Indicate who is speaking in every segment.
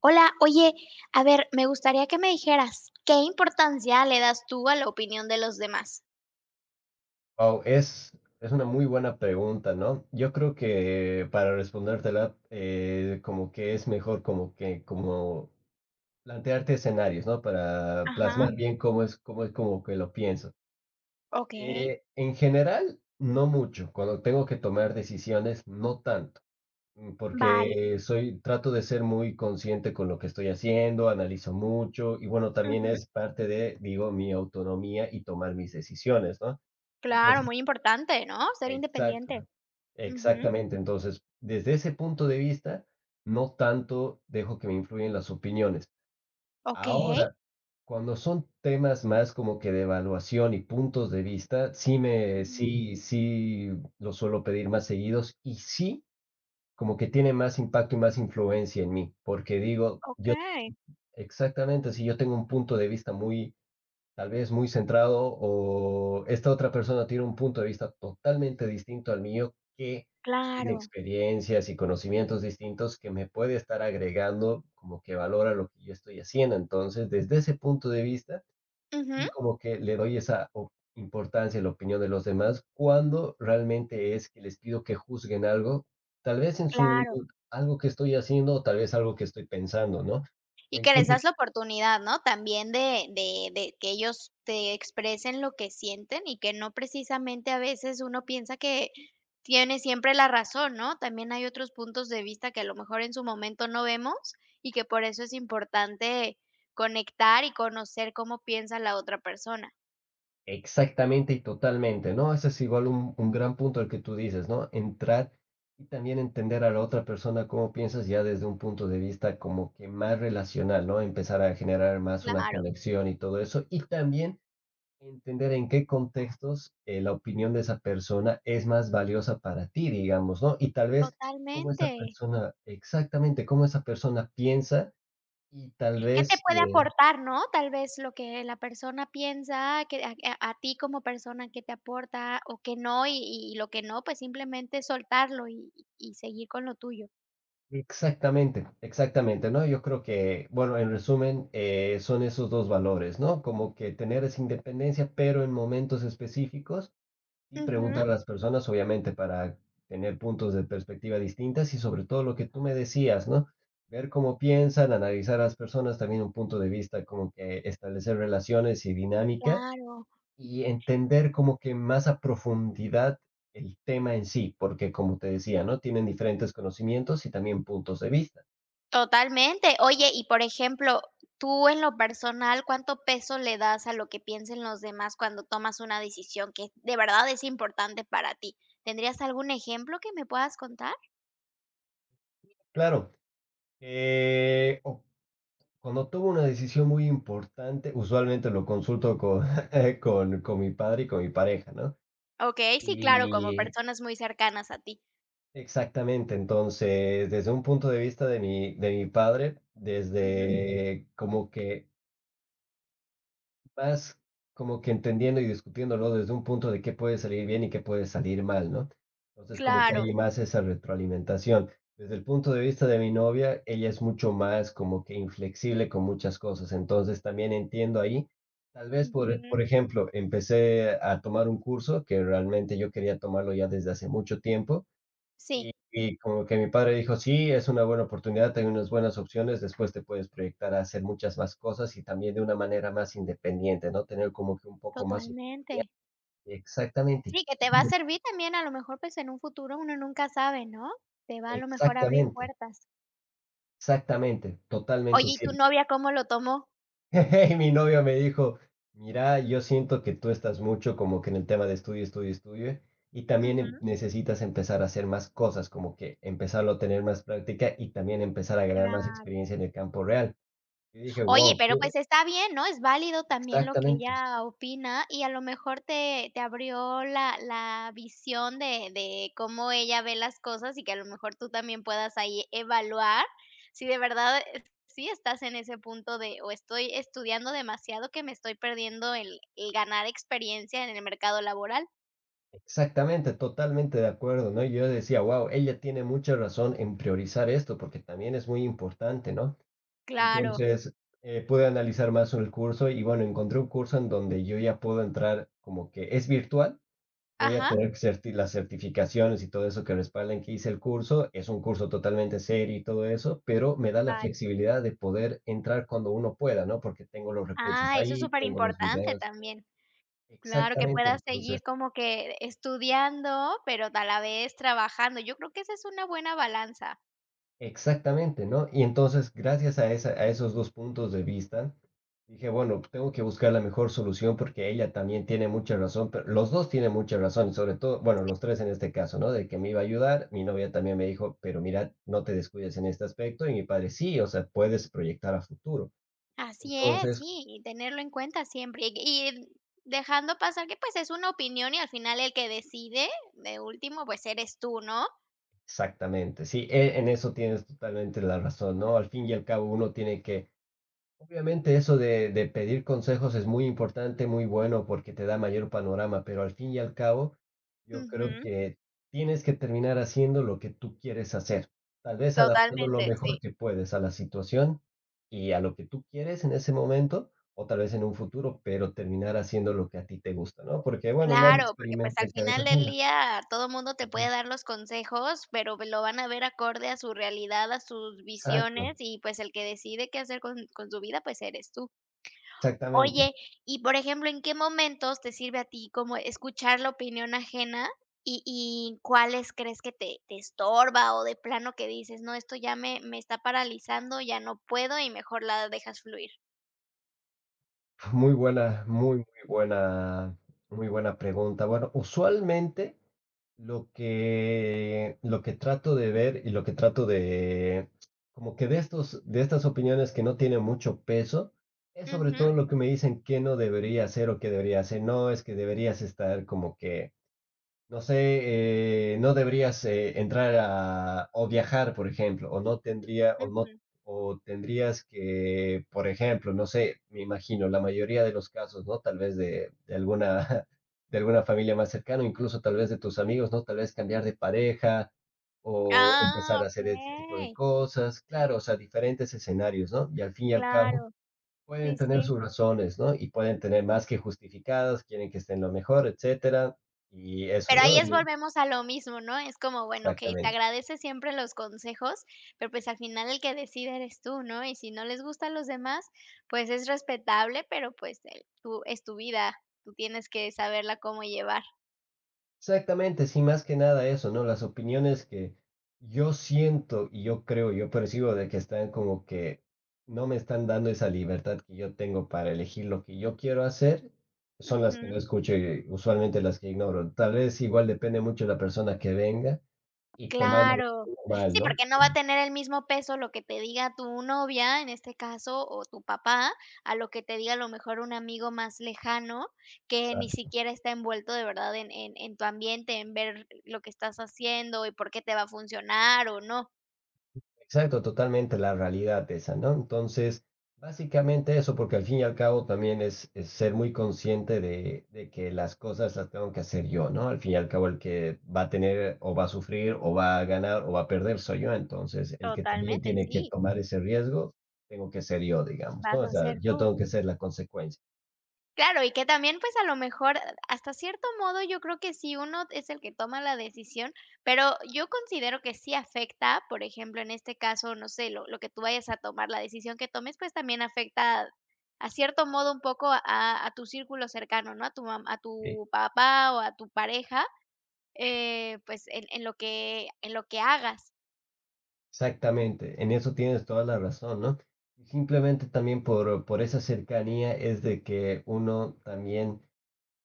Speaker 1: Hola, oye, a ver, me gustaría que me dijeras, ¿qué importancia le das tú a la opinión de los demás?
Speaker 2: Wow, es una muy buena pregunta, ¿no? Yo creo que para respondértela, como que es mejor como que como plantearte escenarios, ¿no? Para
Speaker 1: Ajá,
Speaker 2: plasmar bien cómo es como que lo pienso.
Speaker 1: ok,
Speaker 2: En general, no mucho. Cuando tengo que tomar decisiones, no tanto,
Speaker 1: vale.
Speaker 2: porque trato de ser muy consciente con lo que estoy haciendo, analizo mucho y bueno, también
Speaker 1: Ujú.
Speaker 2: es parte de, digo, mi autonomía y tomar mis decisiones, ¿no?
Speaker 1: Claro,
Speaker 2: Entonces,
Speaker 1: muy importante, ¿no? Ser
Speaker 2: exacto.
Speaker 1: independiente. Ujú.
Speaker 2: Exactamente, entonces, desde ese punto de vista, no tanto dejo que me influyan las opiniones.
Speaker 1: Ok,
Speaker 2: Ahora, cuando son temas más como que de evaluación y puntos de vista, sí me
Speaker 1: ujú,
Speaker 2: sí sí los suelo pedir más seguidos y sí, como que tiene más impacto y más influencia en mí, porque digo,
Speaker 1: ok,
Speaker 2: yo exactamente, si yo tengo un punto de vista muy tal vez muy centrado o esta otra persona tiene un punto de vista totalmente distinto al mío que tiene
Speaker 1: claro.
Speaker 2: experiencias y conocimientos distintos que me puede estar agregando como que valora lo que yo estoy haciendo. Entonces, desde ese punto de vista y
Speaker 1: Ujú.
Speaker 2: como que le doy esa importancia a la opinión de los demás cuando realmente es que les pido que juzguen algo, tal vez en su
Speaker 1: Claro.
Speaker 2: algo que estoy haciendo o tal vez algo que estoy pensando, ¿no? O
Speaker 1: Y que les
Speaker 2: incluso
Speaker 1: das la oportunidad, ¿no? También de que ellos te expresen lo que sienten y que no precisamente a veces uno piensa que tiene siempre la razón, ¿no? También hay otros puntos de vista que a lo mejor en su momento no vemos y que por eso es importante conectar y conocer cómo piensa la otra persona.
Speaker 2: exactamente y totalmente, ¿no? Ese es igual un gran punto el que tú dices, ¿no? Entrar y también entender a la otra persona cómo piensas ya desde un punto de vista como que más relacional, ¿no? Empezar a generar más una
Speaker 1: Claro,
Speaker 2: conexión y todo eso. Y también entender en qué contextos la opinión de esa persona es más valiosa para ti, digamos, ¿no? Y tal vez cómo esa
Speaker 1: totalmente.
Speaker 2: persona, exactamente, cómo esa persona piensa y tal
Speaker 1: ¿Qué te
Speaker 2: vez
Speaker 1: puede aportar, no? Tal vez lo que la persona piensa, que a ti como persona, qué te aporta o qué no, y lo que no, pues simplemente soltarlo y seguir con lo tuyo.
Speaker 2: exactamente, exactamente, ¿no? Yo creo que, bueno, en resumen, son esos dos valores, ¿no? Como que tener esa independencia, pero en momentos específicos y
Speaker 1: Ujú,
Speaker 2: preguntar a las personas, obviamente, para tener puntos de perspectiva distintas y sobre todo lo que tú me decías, ¿no? Ver cómo piensan, analizar a las personas, también un punto de vista, como que establecer relaciones y dinámicas
Speaker 1: claro,
Speaker 2: y entender como que más a profundidad el tema en sí, porque como te decía, ¿no? Tienen diferentes conocimientos y también puntos de vista.
Speaker 1: totalmente. Oye, y por ejemplo, tú en lo personal, ¿cuánto peso le das a lo que piensen los demás cuando tomas una decisión que de verdad es importante para ti? ¿Tendrías algún ejemplo que me puedas contar?
Speaker 2: Claro, o cuando tomo una decisión muy importante, usualmente lo consulto con, con mi padre y con mi pareja, ¿no?
Speaker 1: Okey, sí, claro, como
Speaker 2: Y
Speaker 1: personas muy cercanas a ti.
Speaker 2: exactamente, entonces, desde un punto de vista de mi padre,
Speaker 1: Ujú,
Speaker 2: desde como que vas como que entendiendo y discutiéndolo desde un punto de qué puede salir bien y qué puede salir mal, ¿no? Entonces, como que
Speaker 1: claro.
Speaker 2: hay más esa retroalimentación. Desde el punto de vista de mi novia, ella es mucho más como que inflexible con muchas cosas, entonces también entiendo ahí. Tal vez, por
Speaker 1: Ujú.
Speaker 2: por ejemplo, empecé a tomar un curso que realmente yo quería tomarlo ya desde hace mucho tiempo, y
Speaker 1: Sí,
Speaker 2: y como que mi padre dijo: "Sí, es una buena oportunidad, hay unas buenas opciones, después te puedes proyectar a hacer muchas más cosas y también de una manera más independiente", ¿no? Tener como que un poco más
Speaker 1: totalmente.
Speaker 2: exactamente,
Speaker 1: Sí, que te va a servir también, a lo mejor, pues, en un futuro uno nunca sabe, ¿no? Te va a lo mejor a abrir
Speaker 2: exactamente,
Speaker 1: puertas.
Speaker 2: exactamente, totalmente
Speaker 1: Oye, ¿y tu
Speaker 2: cierto.
Speaker 1: novia cómo lo tomó?
Speaker 2: Y mi novia me dijo: "Mira, yo siento que tú estás mucho como que en el tema de estudio, estudio, estudio, y también
Speaker 1: Ujú.
Speaker 2: necesitas empezar a hacer más cosas, como que empezarlo a tener más práctica y también empezar a ganar más
Speaker 1: Claro.
Speaker 2: experiencia en el campo real". Y dije:
Speaker 1: Oye,
Speaker 2: wow.
Speaker 1: pero pues está bien, ¿no? Es válido también lo que
Speaker 2: Exactamente,
Speaker 1: ella opina y a lo mejor te abrió la visión de cómo ella ve las cosas y que a lo mejor tú también puedas ahí evaluar si de verdad, sí estás en ese punto de o estoy estudiando demasiado que me estoy perdiendo el ganar experiencia en el mercado laboral.
Speaker 2: exactamente, totalmente de acuerdo, ¿no? Yo decía, wow, ella tiene mucha razón en priorizar esto porque también es muy importante, ¿no?
Speaker 1: Claro.
Speaker 2: Entonces, pude analizar más el curso y bueno, encontré un curso en donde yo ya puedo entrar como que es virtual, voy a
Speaker 1: Ajá.
Speaker 2: tener que las certificaciones y todo eso que respalden que hice el curso, es un curso totalmente serio y todo eso, pero me da la
Speaker 1: Vale.
Speaker 2: flexibilidad de poder entrar cuando uno pueda, ¿no? Porque tengo los recursos
Speaker 1: Ah, eso es
Speaker 2: ahí,
Speaker 1: súper
Speaker 2: tengo los
Speaker 1: importante
Speaker 2: videos.
Speaker 1: también. Claro, que
Speaker 2: Exactamente,
Speaker 1: puedas
Speaker 2: entonces.
Speaker 1: seguir como que estudiando, pero a la vez trabajando. Yo creo que esa es una buena balanza.
Speaker 2: Exactamente, ¿no? Y entonces, gracias a esa a esos 2 puntos de vista, dije: "Bueno, tengo que buscar la mejor solución porque ella también tiene mucha razón", pero los 2 tienen mucha razón, y sobre todo, bueno, los 3 en este caso, ¿no? De que me iba a ayudar, mi novia también me dijo: "Pero mira, no te descuides en este aspecto", y mi padre: "Sí, o sea, puedes proyectar a futuro".
Speaker 1: Así es,
Speaker 2: Entonces
Speaker 1: sí, y tenerlo en cuenta siempre. Y dejando pasar que pues es una opinión y al final el que decide, de último, pues eres tú, ¿no?
Speaker 2: exactamente, sí, en eso tienes totalmente la razón, ¿no? Al fin y al cabo, uno tiene que. Obviamente eso de pedir consejos es muy importante, muy bueno porque te da mayor panorama, pero al fin y al cabo yo creo
Speaker 1: Ujú,
Speaker 2: que tienes que terminar haciendo lo que tú quieres hacer, tal vez adaptando lo
Speaker 1: totalmente,
Speaker 2: mejor
Speaker 1: sí.
Speaker 2: que puedes a la situación y a lo que tú quieres en ese momento o tal vez en un futuro, pero terminar haciendo lo que a ti te gusta, ¿no? Porque bueno, nadie
Speaker 1: Claro, porque pues
Speaker 2: experimenta
Speaker 1: al
Speaker 2: en cabeza
Speaker 1: final del
Speaker 2: ajena.
Speaker 1: día todo mundo te puede
Speaker 2: Ujú.
Speaker 1: dar los consejos, pero lo van a ver acorde a su realidad, a sus
Speaker 2: Exacto,
Speaker 1: visiones y pues el que decide qué hacer con su vida, pues eres tú.
Speaker 2: exactamente.
Speaker 1: Oye, y por ejemplo, ¿en qué momentos te sirve a ti como escuchar la opinión ajena? Y cuáles crees que te estorba, o de plano que dices: "No, esto ya me está paralizando, ya no puedo", y mejor la dejas fluir?
Speaker 2: Muy buena, muy, muy buena, muy buena pregunta. Bueno, usualmente lo que, trato de ver y lo que trato de, como que de estas opiniones que no tienen mucho peso, es sobre
Speaker 1: Ujú,
Speaker 2: todo lo que me dicen que no debería hacer o que debería hacer. No, es que deberías estar como que no sé, no deberías entrar a, o viajar, por ejemplo, o no tendría, o no,
Speaker 1: ujú.
Speaker 2: o tendrías que, por ejemplo, no sé, me imagino, la mayoría de los casos, ¿no? Tal vez de alguna, de alguna familia más cercana, incluso tal vez de tus amigos, ¿no? Tal vez cambiar de pareja o
Speaker 1: Ah,
Speaker 2: empezar a hacer este tipo de
Speaker 1: okey.
Speaker 2: cosas, claro, o sea, diferentes escenarios, ¿no? Y al fin y al cabo,
Speaker 1: Claro.
Speaker 2: pueden
Speaker 1: Sí,
Speaker 2: tener
Speaker 1: sí.
Speaker 2: sus razones, ¿no? Y pueden tener más que justificadas, quieren que estén lo mejor, etcétera, y eso,
Speaker 1: Pero
Speaker 2: ¿no?
Speaker 1: ahí es
Speaker 2: En un
Speaker 1: volvemos a lo mismo, ¿no? Es como, bueno, okey, te
Speaker 2: exactamente.
Speaker 1: agradece siempre los consejos, pero, pues, al final el que decide eres tú, ¿no? Y si no les gusta a los demás, pues, es respetable, pero, pues, el tú es tu vida, tú tienes que saberla cómo llevar.
Speaker 2: Exactamente, sí, más que nada eso, ¿no? Las opiniones que yo siento y yo creo, yo percibo de que están como que no me están dando esa libertad que yo tengo para elegir lo que yo quiero hacer, son las que
Speaker 1: Ujú.
Speaker 2: no escucho y usualmente las que ignoro. Tal vez igual depende mucho de la persona que venga y tomarlo
Speaker 1: Claro.
Speaker 2: mal,
Speaker 1: Sí,
Speaker 2: ¿no?
Speaker 1: porque no va a tener el mismo peso lo que te diga tu novia, en este caso, o tu papá, a lo que te diga a lo mejor un amigo más lejano, que ni siquiera está envuelto de verdad en en tu ambiente, en ver lo que estás haciendo y por qué te va a funcionar o no.
Speaker 2: Exacto, totalmente la realidad esa, ¿no? Entonces, básicamente eso, porque al fin y al cabo también es ser muy consciente de que las cosas las tengo que hacer yo, ¿no? Al fin y al cabo el que va a tener o va a sufrir o va a ganar o va a perder soy yo, entonces el que también
Speaker 1: Totalmente,
Speaker 2: tiene que
Speaker 1: sí,
Speaker 2: tomar ese riesgo, tengo que ser yo, digamos, ¿no?
Speaker 1: vas
Speaker 2: O
Speaker 1: a
Speaker 2: sea,
Speaker 1: ser
Speaker 2: yo
Speaker 1: tú.
Speaker 2: tengo que ser la consecuencia.
Speaker 1: Claro, y que también, pues, a lo mejor, hasta cierto modo, yo creo que sí uno es el que toma la decisión, pero yo considero que sí afecta, por ejemplo, en este caso, no sé, lo que tú vayas a tomar, la decisión que tomes, pues, también afecta, a cierto modo, un poco a tu círculo cercano, ¿no? A tu mam a
Speaker 2: Sí,
Speaker 1: tu papá o a tu pareja, pues, en lo que hagas.
Speaker 2: exactamente, en eso tienes toda la razón, ¿no? Y simplemente también por, esa cercanía es de que uno también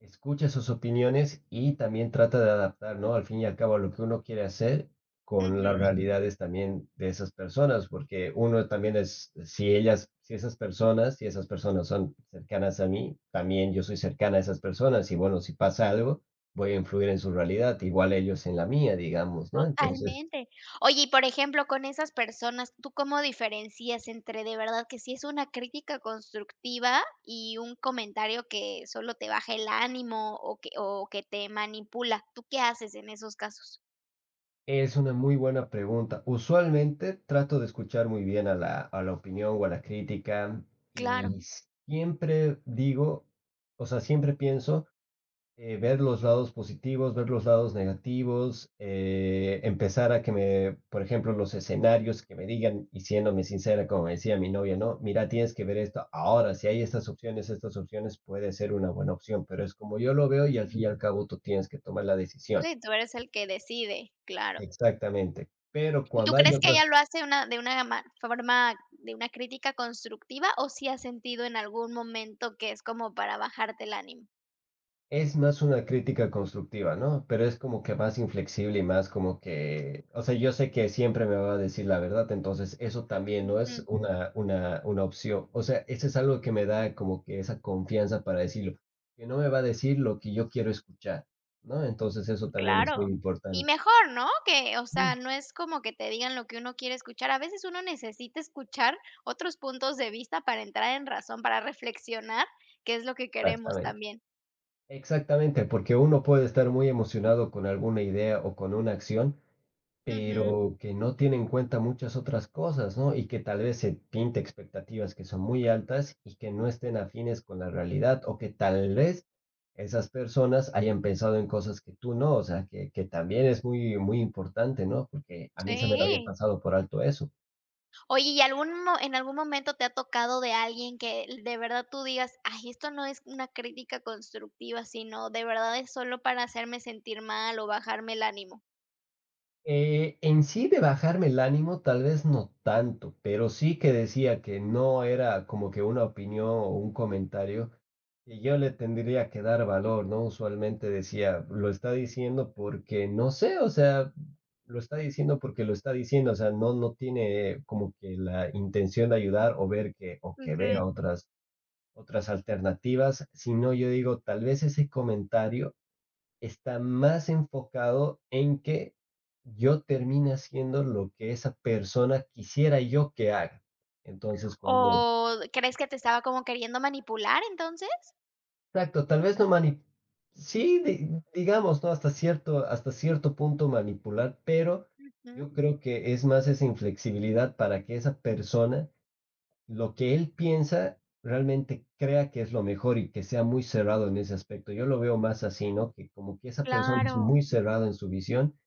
Speaker 2: escucha sus opiniones y también trata de adaptar, ¿no? Al fin y al cabo, lo que uno quiere hacer con las
Speaker 1: Ujú.
Speaker 2: realidades también de esas personas, porque uno también es, si esas personas son cercanas a mí, también yo soy cercana a esas personas y bueno, si pasa algo, voy a influir en su realidad, igual ellos en la mía, digamos, ¿no? Entonces,
Speaker 1: Totalmente. Oye, y por ejemplo, con esas personas, ¿tú cómo diferencias entre de verdad que sí es una crítica constructiva y un comentario que solo te baja el ánimo o que te manipula? ¿Tú qué haces en esos casos?
Speaker 2: es una muy buena pregunta. Usualmente trato de escuchar muy bien a la opinión o a la crítica
Speaker 1: Claro.
Speaker 2: y siempre digo, o sea, siempre pienso ver los lados positivos, ver los lados negativos, empezar a que me, por ejemplo, los escenarios que me digan, y siéndome sincera, como me decía mi novia, no, mira, tienes que ver esto ahora, si hay estas opciones puede ser una buena opción, pero es como yo lo veo y al fin y
Speaker 1: Ujú.
Speaker 2: al cabo tú tienes que tomar la decisión.
Speaker 1: Sí, tú eres el que decide, claro.
Speaker 2: Exactamente. Pero
Speaker 1: ¿Y tú
Speaker 2: cuando hay
Speaker 1: crees que
Speaker 2: otras,
Speaker 1: ella lo hace una, de una forma, de una crítica constructiva o si has sentido en algún momento que es como para bajarte el ánimo?
Speaker 2: es más una crítica constructiva, ¿no? Pero es como que más inflexible y más como que, o sea, yo sé que siempre me va a decir la verdad, entonces eso también no es una opción. O sea, eso es algo que me da como que esa confianza para decirlo, que no me va a decir lo que yo quiero escuchar, ¿no? Entonces eso también es muy
Speaker 1: Claro. Y
Speaker 2: importante.
Speaker 1: mejor, ¿no? Que, o sea,
Speaker 2: Mm.
Speaker 1: no es como que te digan lo que uno quiere escuchar. A veces uno necesita escuchar otros puntos de vista para entrar en razón, para reflexionar, que es lo que queremos
Speaker 2: Exactamente.
Speaker 1: también.
Speaker 2: Exactamente, porque uno puede estar muy emocionado con alguna idea o con una acción,
Speaker 1: Ujú,
Speaker 2: pero que no tiene en cuenta muchas otras cosas, ¿no? Y que tal vez se pinte expectativas que son muy altas y que no estén afines con la realidad o que tal vez esas personas hayan pensado en cosas que tú no, o sea, que también es muy, muy importante, ¿no? Porque a mí se me lo había
Speaker 1: sí.
Speaker 2: pasado por alto eso.
Speaker 1: Oye, ¿y algún mo en algún momento te ha tocado de alguien que de verdad tú digas: "Ay, esto no es una crítica constructiva, sino de verdad es solo para hacerme sentir mal o bajarme el ánimo"?
Speaker 2: En sí de bajarme el ánimo, tal vez no tanto, pero sí que decía que no era como que una opinión o un comentario que yo le tendría que dar valor, ¿no? Usualmente decía, lo está diciendo porque no sé, o sea, lo está diciendo porque lo está diciendo, o sea, no, no tiene como que la intención de ayudar o ver que, o que
Speaker 1: Ujú.
Speaker 2: vea otras, alternativas, sino yo digo, tal vez ese comentario está más enfocado en que yo termine haciendo lo que esa persona quisiera yo que haga. Entonces,
Speaker 1: ¿O
Speaker 2: cuando
Speaker 1: crees que te estaba como queriendo manipular entonces?
Speaker 2: exacto, tal vez no mani sí, di digamos, ¿no? Hasta cierto punto manipular, pero
Speaker 1: Ujú,
Speaker 2: yo creo que es más esa inflexibilidad para que esa persona, lo que él piensa, realmente crea que es lo mejor y que sea muy cerrado en ese aspecto. Yo lo veo más así, ¿no? Que como que esa persona es
Speaker 1: claro.
Speaker 2: muy cerrada en su visión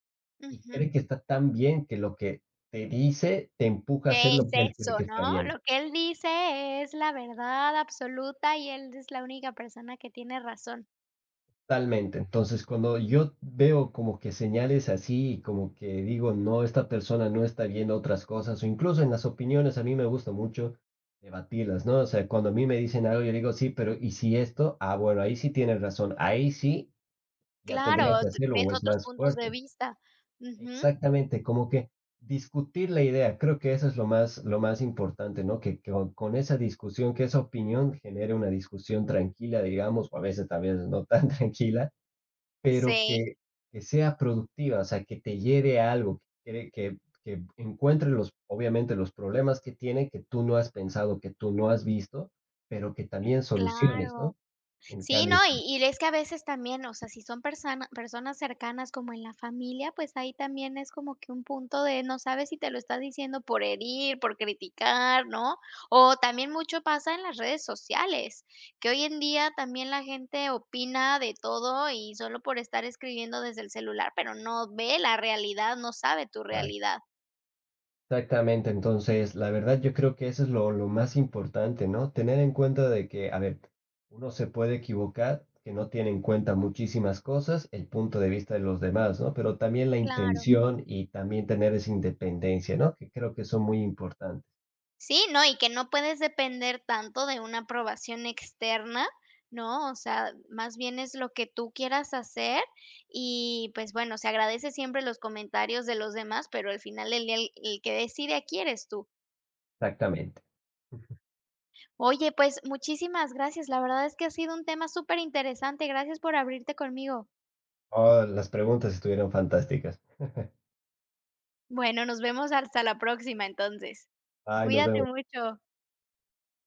Speaker 2: y
Speaker 1: Ujú.
Speaker 2: cree que está tan bien que lo que te dice te empuja a hacer
Speaker 1: Es
Speaker 2: lo que él cree
Speaker 1: eso,
Speaker 2: que está
Speaker 1: ¿no?
Speaker 2: bien.
Speaker 1: Lo que él dice es la verdad absoluta y él es la única persona que tiene razón.
Speaker 2: Totalmente. Entonces, cuando yo veo como que señales así, como que digo, no, esta persona no está viendo otras cosas, o incluso en las opiniones, a mí me gusta mucho debatirlas, ¿no? O sea, cuando a mí me dicen algo, yo digo, sí, pero ¿y si esto? Ah, bueno, ahí sí tienes razón, ahí sí ya tendrías
Speaker 1: Claro,
Speaker 2: que
Speaker 1: t
Speaker 2: hacerlo
Speaker 1: ves
Speaker 2: o es
Speaker 1: otros
Speaker 2: más
Speaker 1: puntos de
Speaker 2: fuerte.
Speaker 1: vista. Ujú.
Speaker 2: Exactamente, como que discutir la idea, creo que eso es lo más importante, ¿no? Que con, esa discusión, que esa opinión genere una discusión tranquila, digamos, o a veces también no tan tranquila, pero
Speaker 1: Sí,
Speaker 2: que sea productiva, o sea, que te lleve a algo, que encuentre los, obviamente, los problemas que tiene, que tú no has pensado, que tú no has visto, pero que también soluciones,
Speaker 1: claro.
Speaker 2: ¿no? En
Speaker 1: Sí, no,
Speaker 2: cambio, sí,
Speaker 1: y es que a veces también, o sea, si son personas cercanas como en la familia, pues ahí también es como que un punto de no sabes si te lo estás diciendo por herir, por criticar, ¿no? O también mucho pasa en las redes sociales, que hoy en día también la gente opina de todo y solo por estar escribiendo desde el celular, pero no ve la realidad, no sabe tu
Speaker 2: ah,
Speaker 1: realidad.
Speaker 2: exactamente, entonces la verdad yo creo que eso es lo más importante, ¿no? Tener en cuenta de que, a ver, uno se puede equivocar, que no tiene en cuenta muchísimas cosas, el punto de vista de los demás, ¿no? Pero también la
Speaker 1: Claro.
Speaker 2: intención y también tener esa independencia, ¿no? Que creo que son muy importantes.
Speaker 1: Sí, no, y que no puedes depender tanto de una aprobación externa, ¿no? O sea, más bien es lo que tú quieras hacer y pues bueno, se agradece siempre los comentarios de los demás, pero al final del el que decide aquí eres tú.
Speaker 2: Exactamente.
Speaker 1: Oye, pues muchísimas gracias. La verdad es que ha sido un tema súper interesante. Gracias por abrirte conmigo.
Speaker 2: Oh, las preguntas estuvieron fantásticas.
Speaker 1: Bueno, nos vemos hasta la próxima entonces.
Speaker 2: Ay, nos
Speaker 1: Cuídate
Speaker 2: vemos.
Speaker 1: mucho.